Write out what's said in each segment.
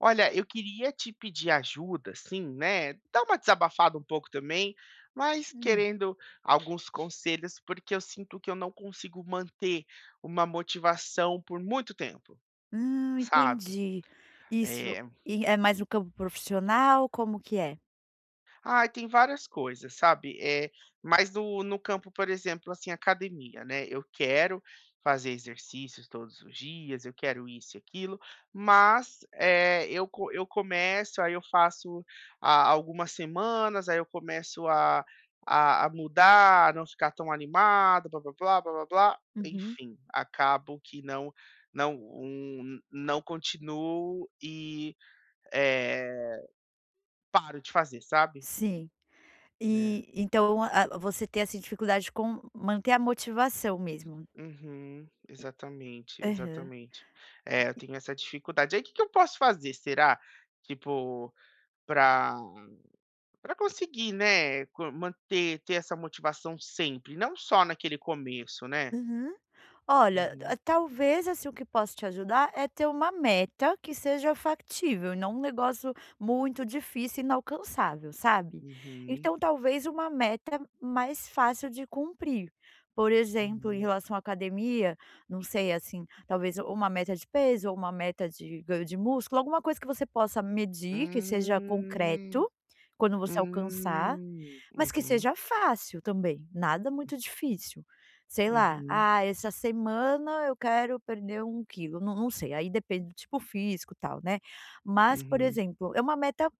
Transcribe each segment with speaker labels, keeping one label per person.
Speaker 1: Olha, eu queria te pedir ajuda, sim, né? Dar uma desabafada um pouco também, mas
Speaker 2: Hum.
Speaker 1: querendo alguns conselhos, porque eu sinto que eu não consigo manter uma motivação por muito tempo, sabe?
Speaker 2: Entendi. Isso.
Speaker 1: Eh,
Speaker 2: E é mais no campo profissional, como que é?
Speaker 1: Ai, tem várias coisas, sabe, é mas no campo, por exemplo, assim, academia, né, eu quero fazer exercícios todos os dias, eu quero isso e aquilo, mas, eu começo, aí eu faço a algumas semanas, aí eu começo a mudar, a não ficar tão animado, blá-blá-blá, blá-blá-blá,
Speaker 2: Uhum.
Speaker 1: enfim, acabo que não continuo e, eh, paro de fazer, sabe.
Speaker 2: Sim.
Speaker 1: É.
Speaker 2: E então, a você tem, assim, dificuldade com manter a motivação mesmo?
Speaker 1: Uhum, exatamente,
Speaker 2: Aham.
Speaker 1: exatamente. É, eu tenho essa dificuldade. Aí, o que que eu posso fazer, será? Tipo, para para conseguir, né, co manter ter essa motivação sempre, não só naquele começo, né.
Speaker 2: Uhum. Olha,
Speaker 1: Uhum,
Speaker 2: ah, talvez, assim, o que posso te ajudar é ter uma meta que seja factível, e não um negócio muito difícil e inalcançável, sabe.
Speaker 1: uhum,
Speaker 2: Então talvez uma meta mais fácil de cumprir. Por exemplo, em
Speaker 1: uhum.
Speaker 2: relação à academia, não sei, assim, talvez uma meta de peso ou uma meta de ganho de músculo, alguma coisa que você possa medir, que seja concreto,
Speaker 1: Hum,
Speaker 2: quando você alcançar. Mas que
Speaker 1: Uhum,
Speaker 2: seja fácil também, nada muito difícil. Sei lá,
Speaker 1: uhum,
Speaker 2: ah, essa semana eu quero perder 1 quilo, não sei, aí depende do tipo físico, e tal, né. Mas, por
Speaker 1: uhum,
Speaker 2: exemplo, é uma meta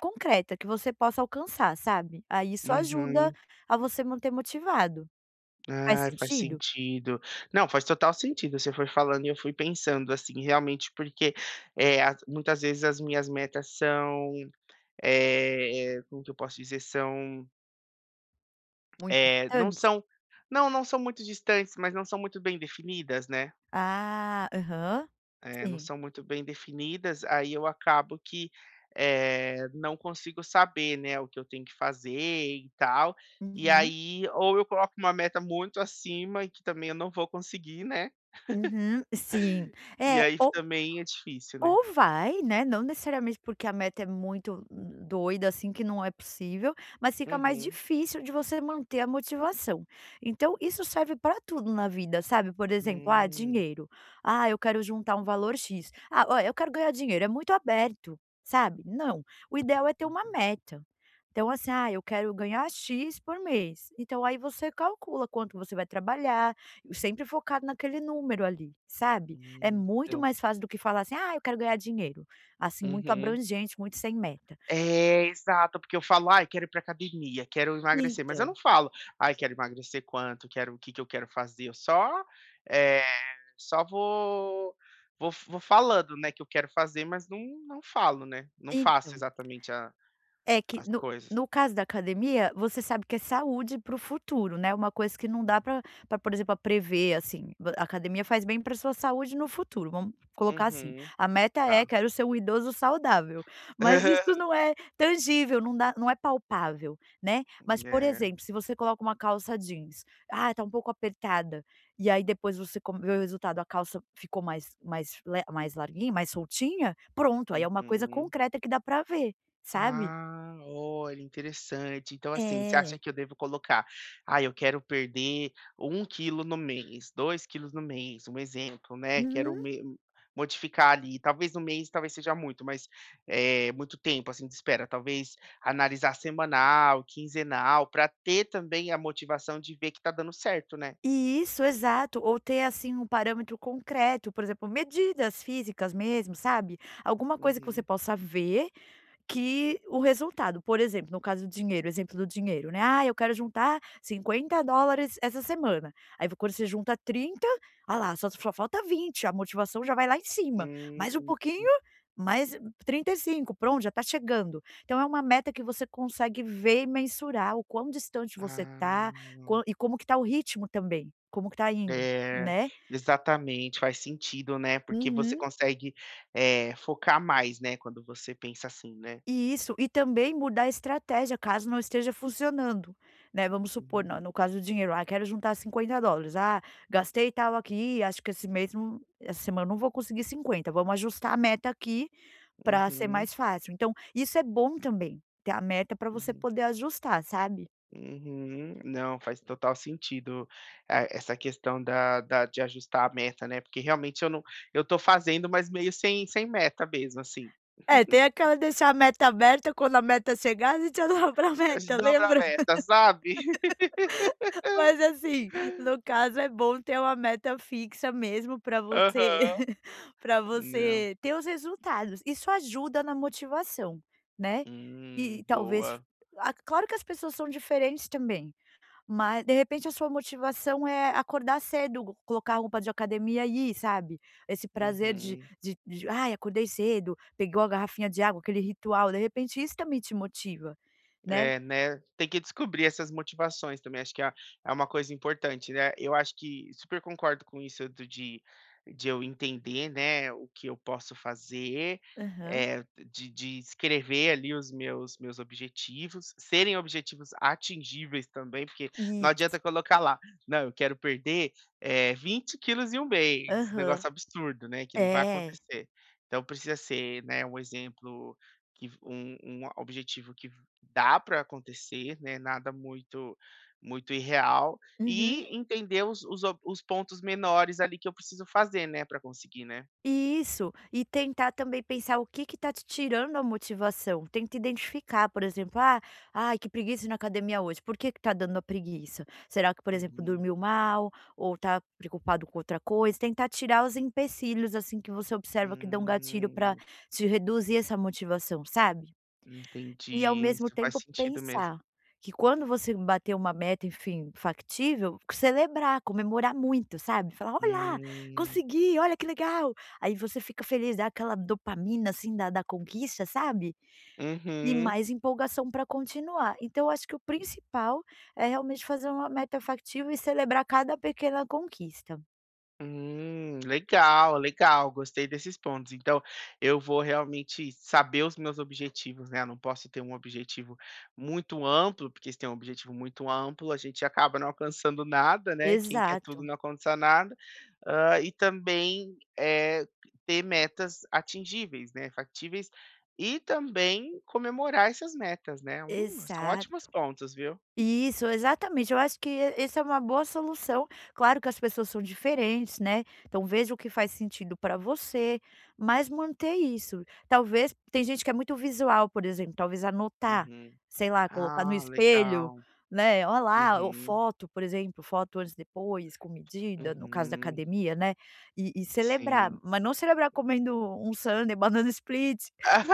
Speaker 2: concreta que você possa alcançar, sabe. Aí isso ajuda
Speaker 1: uhum.
Speaker 2: a você manter motivado. Faz
Speaker 1: Ai, faz
Speaker 2: sentido?
Speaker 1: sentido. Não, faz total sentido, você foi falando e eu fui pensando, assim, realmente, porque, eh, as muitas vezes as minhas metas são, como que eu posso dizer? São,
Speaker 2: Muito
Speaker 1: não
Speaker 2: distante?
Speaker 1: são não, não são muito distantes, mas não são muito bem definidas, né.
Speaker 2: Ah, aham,
Speaker 1: Não
Speaker 2: sim.
Speaker 1: são muito bem definidas, aí eu acabo que, não consigo saber, né, o que eu tenho que fazer e tal, e
Speaker 2: Uhum,
Speaker 1: aí ou eu coloco uma meta muito acima e que também eu não vou conseguir, né.
Speaker 2: uhum, sim.
Speaker 1: E
Speaker 2: É,
Speaker 1: aí
Speaker 2: ou
Speaker 1: também é difícil, né.
Speaker 2: Ou vai, né, não necessariamente porque a meta é muito doida, assim, que não é possível, mas fica mais
Speaker 1: Uhum.
Speaker 2: difícil de você manter a motivação. Então isso serve para tudo na vida, sabe, por exemplo, ah,
Speaker 1: Hum,
Speaker 2: dinheiro, ah, eu quero juntar um valor X, ah, olha, eu quero ganhar dinheiro, é muito aberto, sabe, não, o ideal é ter uma meta. Então assim, ah, eu quero ganhar X por mês, então aí você calcula quanto você vai trabalhar, sempre focado naquele número ali, sabe. É muito
Speaker 1: eu
Speaker 2: mais fácil do que falar assim: "Ah, eu quero ganhar dinheiro", assim, muito
Speaker 1: uhum.
Speaker 2: abrangente, muito sem meta.
Speaker 1: É, exato, porque eu falo: "Ai, quero ir pra academia, quero emagrecer", mas eu
Speaker 2: Então
Speaker 1: não falo: "Ai, quero emagrecer quanto, quero o que que eu quero fazer", eu só, eh, só vou falando, né, que eu quero fazer, mas não não falo, né, não faço
Speaker 2: então
Speaker 1: exatamente a
Speaker 2: é que
Speaker 1: as
Speaker 2: no
Speaker 1: coisas.
Speaker 2: no caso da academia, você sabe que é saúde para o futuro, né, uma coisa que não dá para pra, por exemplo, prever, assim, vo a academia faz bem para sua saúde no futuro, vamos colocar assim,
Speaker 1: Uhum,
Speaker 2: a meta é:
Speaker 1: tá.
Speaker 2: "Quero ser um idoso saudável", mas isso não é tangível, não dá, não é palpável, né. Mas, por
Speaker 1: É,
Speaker 2: exemplo, se você coloca uma calça jeans, "Ah, tá um pouco apertada", e aí depois você com vê o resultado, a calça ficou mais larguinha, mais soltinha, pronto, aí é uma coisa
Speaker 1: uhum.
Speaker 2: concreta que dá para ver, sabe.
Speaker 1: Ah, olha, interessante. Então, assim, você acha
Speaker 2: É.
Speaker 1: que eu devo colocar: "Ah, eu quero perder um quilo no mês, 2 quilos no mês", um exemplo, né, quero
Speaker 2: Uhum.
Speaker 1: me modificar ali. Talvez no mês, talvez seja muito, mas, é muito tempo, assim, de espera. Talvez analisar semanal, quinzenal, para ter também a motivação de ver que tá dando certo, né.
Speaker 2: Isso, exato. Ou ter, assim, um parâmetro concreto, por exemplo, medidas físicas mesmo, sabe. Alguma coisa que você
Speaker 1: Uhum.
Speaker 2: possa ver. Que o resultado, por exemplo, no caso do dinheiro, exemplo do dinheiro, né, "Ah, eu quero juntar US$ 50 essa semana", aí quando você junta 30, ah lá, só falta 20, a motivação já vai lá em cima, mais um
Speaker 1: Hum.
Speaker 2: pouquinho, mais 35, pronto, já está chegando. Então é uma meta que você consegue ver e mensurar o quão distante você
Speaker 1: Ah.
Speaker 2: está, quan e como que está o ritmo também, como que está indo,
Speaker 1: É,
Speaker 2: né.
Speaker 1: exatamente, faz sentido, né, porque você
Speaker 2: Uhum.
Speaker 1: consegue, focar mais, né, quando você pensa assim, né.
Speaker 2: Isso, e também mudar a estratégia caso não esteja funcionando, né, vamos supor,
Speaker 1: Uhum,
Speaker 2: no caso do dinheiro, ah, quero juntar US$ 50, ah, gastei tal aqui, acho que esse mês não essa semana eu não vou conseguir 50, vamos ajustar a meta aqui para ser
Speaker 1: uhum,
Speaker 2: mais fácil. Então, isso é bom também, ter a meta para você
Speaker 1: uhum,
Speaker 2: poder ajustar, sabe?
Speaker 1: uhum. Não, faz total sentido, essa questão da de ajustar a meta, né, porque realmente eu não eu tô fazendo, mas meio sem meta mesmo, assim.
Speaker 2: É, tem aquela deixar a meta aberta, quando a meta chegar a gente olhava pra
Speaker 1: A gente
Speaker 2: meta,
Speaker 1: dobra a
Speaker 2: lembra?
Speaker 1: meta, sabe.
Speaker 2: Mas assim, no caso é bom ter uma meta fixa mesmo para você
Speaker 1: Aham.
Speaker 2: para
Speaker 1: Não.
Speaker 2: você ter os resultados. Isso ajuda na motivação, né. E talvez
Speaker 1: Boa.
Speaker 2: ah, claro que as pessoas são diferentes também, mas de repente a sua motivação é acordar cedo, colocar a roupa de academia e ir, sabe. Esse prazer de
Speaker 1: Uhum.
Speaker 2: de de: "Ai, acordei cedo, pegou a garrafinha de água", aquele ritual, de repente isso também te motiva, né.
Speaker 1: É, né, tem que descobrir essas motivações também, acho que é uma coisa importante, né. Eu acho que super concordo com isso do de eu entender, né, o que eu posso fazer,
Speaker 2: Aham.
Speaker 1: eh, de escrever ali os meus objetivos, serem objetivos atingíveis também, porque não adianta
Speaker 2: Isso.
Speaker 1: colocar lá: "Não, eu quero perder, 20 quilos em um mês", um
Speaker 2: Aham.
Speaker 1: negócio absurdo, né, que não vai
Speaker 2: É.
Speaker 1: acontecer. Então precisa ser, né, um exemplo que um objetivo que dá para acontecer, né, nada muito irreal
Speaker 2: Uhum.
Speaker 1: e entender os pontos menores ali que eu preciso fazer, né, para conseguir, né.
Speaker 2: Isso, e tentar também pensar o que que tá te tirando a motivação. Tenta identificar, por exemplo: "Ah, ai, que preguiça ir na academia hoje. Por que que tá dando a preguiça? Será que, por exemplo,
Speaker 1: Uhum.
Speaker 2: dormiu mal ou tá preocupado com outra coisa?". Tentar tirar os empecilhos, assim, que você observa que dão gatilho para
Speaker 1: Hum,
Speaker 2: te reduzir essa motivação, sabe? E ao
Speaker 1: entendi,
Speaker 2: mesmo
Speaker 1: isso faz
Speaker 2: tempo
Speaker 1: sentido mesmo.
Speaker 2: pensar que quando você bater uma meta, enfim, factível, celebrar, comemorar muito, sabe? Falar: "Olha
Speaker 1: Hum.
Speaker 2: consegui, olha que legal". Aí você fica feliz, dá aquela dopamina, assim, da conquista, sabe? E
Speaker 1: Uhum.
Speaker 2: mais empolgação para continuar. Então eu acho que o principal é realmente fazer uma meta factível e celebrar cada pequena conquista.
Speaker 1: Legal, legal, gostei desses pontos. Então, eu vou realmente saber os meus objetivos, né? Eu não posso ter um objetivo muito amplo, porque se tem um objetivo muito amplo, a gente acaba não alcançando nada, né? Quem quer tudo
Speaker 2: Exato,
Speaker 1: não alcança nada. Ah, e também é, ter metas atingíveis, né? Factíveis. E também comemorar essas metas, né? São ótimos
Speaker 2: exato.
Speaker 1: pontos, viu?
Speaker 2: Isso, exatamente. Eu acho que essa é uma boa solução. Claro que as pessoas são diferentes, né, então veja o que faz sentido para você, mas manter isso. Talvez tem gente que é muito visual, por exemplo, talvez anotar,
Speaker 1: Uhum.
Speaker 2: sei lá, colocar no
Speaker 1: Ah,
Speaker 2: espelho,
Speaker 1: legal.
Speaker 2: né, "Ó lá", ou
Speaker 1: Uhum,
Speaker 2: foto, por exemplo, foto antes e depois, com medida, no caso da
Speaker 1: uhum,
Speaker 2: academia, né, e celebrar,
Speaker 1: sim.
Speaker 2: mas não celebrar comendo um sundae, banana split,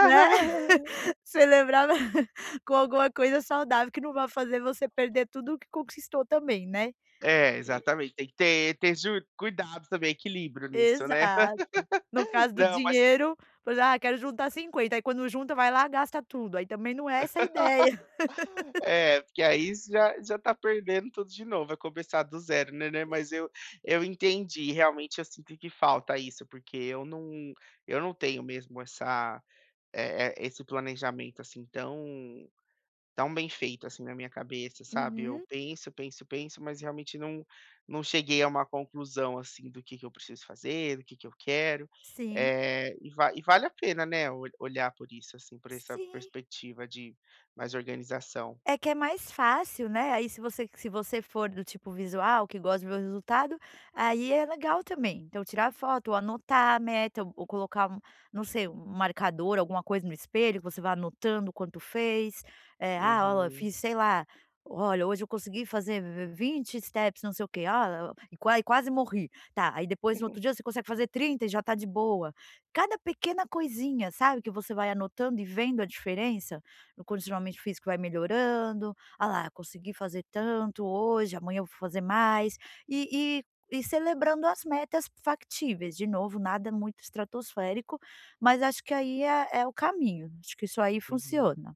Speaker 2: né. Celebrar com alguma coisa saudável que não vá fazer você perder tudo o que conquistou também, né.
Speaker 1: É, exatamente. Tem que ter ter ju cuidado também, equilíbrio nisso, né.
Speaker 2: Exato. No caso do
Speaker 1: Não, mas
Speaker 2: dinheiro, por exemplo: "Ah, quero juntar 50 aí quando junta vai lá gasta tudo, aí também não é essa a ideia.
Speaker 1: é, porque aí já tá perdendo tudo de novo, vai começar do zero, né. Mas eu entendi, realmente eu sinto que falta isso, porque eu não tenho mesmo essa, esse planejamento, assim, Tão bem feito, assim, na minha cabeça, sabe. Eu
Speaker 2: Uhum.
Speaker 1: penso, penso, penso, mas realmente não não cheguei a uma conclusão, assim, do que eu preciso fazer, do que eu quero.
Speaker 2: Sim,
Speaker 1: É e vale a pena, né, ol olhar por isso, assim, por essa
Speaker 2: sim.
Speaker 1: perspectiva de mais organização.
Speaker 2: É que é mais fácil, né, aí se você for do tipo visual, que gosta de ver o resultado, aí é legal também. Então tirar foto ou anotar a meta ou colocar um não sei, um marcador, alguma coisa no espelho que você vá anotando quanto fez. Eh, "Ah, olha,
Speaker 1: Uhum,
Speaker 2: fiz sei lá, olha, hoje eu consegui fazer 20 steps não sei o quê, ah, e quase morri". Tá, aí depois no outro dia você consegue fazer 30, e já tá de boa. Cada pequena coisinha, sabe, que você vai anotando e vendo a diferença o condicionamento físico vai melhorando, "Ah lá, consegui fazer tanto hoje, amanhã eu vou fazer mais", e e e celebrando as metas factíveis, de novo, nada muito estratosférico, mas acho que aí é o caminho, acho que isso aí
Speaker 1: uhum.
Speaker 2: funciona.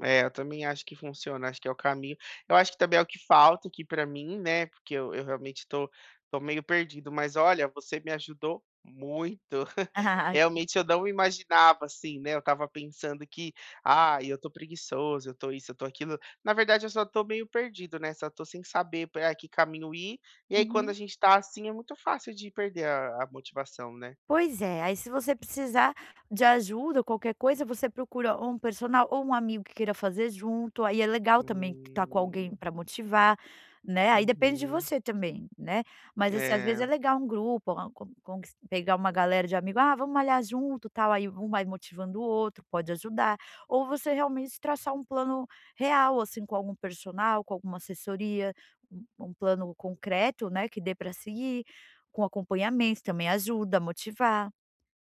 Speaker 1: É, eu também acho que funciona, acho que é o caminho. Eu acho que também é o que falta aqui pra mim, né, porque eu realmente tô meio perdido, mas olha, você me ajudou muito. Realmente eu não imaginava, assim, né, eu estava pensando que: ah, eu tô preguiçoso, eu tô isso, eu tô aquilo". Na verdade eu só tô meio perdido, né, só tô sem saber pra que caminho ir, e aí quando a
Speaker 2: Uhum.
Speaker 1: gente tá assim, é muito fácil de perder a motivação, né.
Speaker 2: Pois é, aí se você precisar de ajuda, qualquer coisa, você procura ou um personal ou um amigo que queira fazer junto, aí é legal também estar com
Speaker 1: Hum,
Speaker 2: alguém para motivar, né, aí depende de
Speaker 1: uhum.
Speaker 2: você também, né, mas, assim, às vezes
Speaker 1: É,
Speaker 2: é legal um grupo, a con conquis pegar uma galera de amigo: "Ah, vamos malhar junto", tal, aí um vai motivando o outro, pode ajudar, ou você realmente traçar um plano real, assim, com algum personal, com alguma assessoria, um plano concreto, né, que dê para seguir. Com acompanhamento também ajuda a motivar.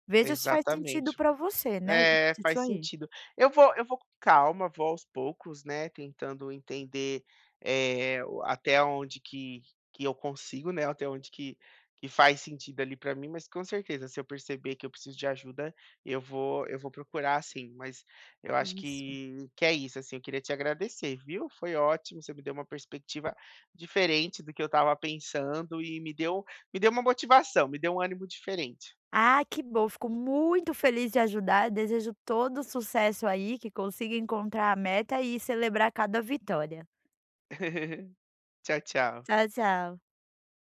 Speaker 2: Veja se faz sentido
Speaker 1: exatamente.
Speaker 2: para você, né,
Speaker 1: É,
Speaker 2: isso
Speaker 1: faz
Speaker 2: aí.
Speaker 1: sentido. Eu vou com calma, vou aos poucos, né, tentando entender, o até onde que eu consigo, né, até onde que faz sentido ali pra mim, mas com certeza se eu perceber que eu preciso de ajuda, eu vou procurar sim, mas eu acho
Speaker 2: Isso.
Speaker 1: que é isso, assim, eu queria te agradecer, viu. Foi ótimo, você me deu uma perspectiva diferente do que eu estava pensando e me deu uma motivação, me deu um ânimo diferente.
Speaker 2: Ah, que bom, fico muito feliz de ajudar, desejo todo sucesso aí, que consiga encontrar a meta e celebrar cada vitória.
Speaker 1: Tchau, tchau.
Speaker 2: Tchau, tchau.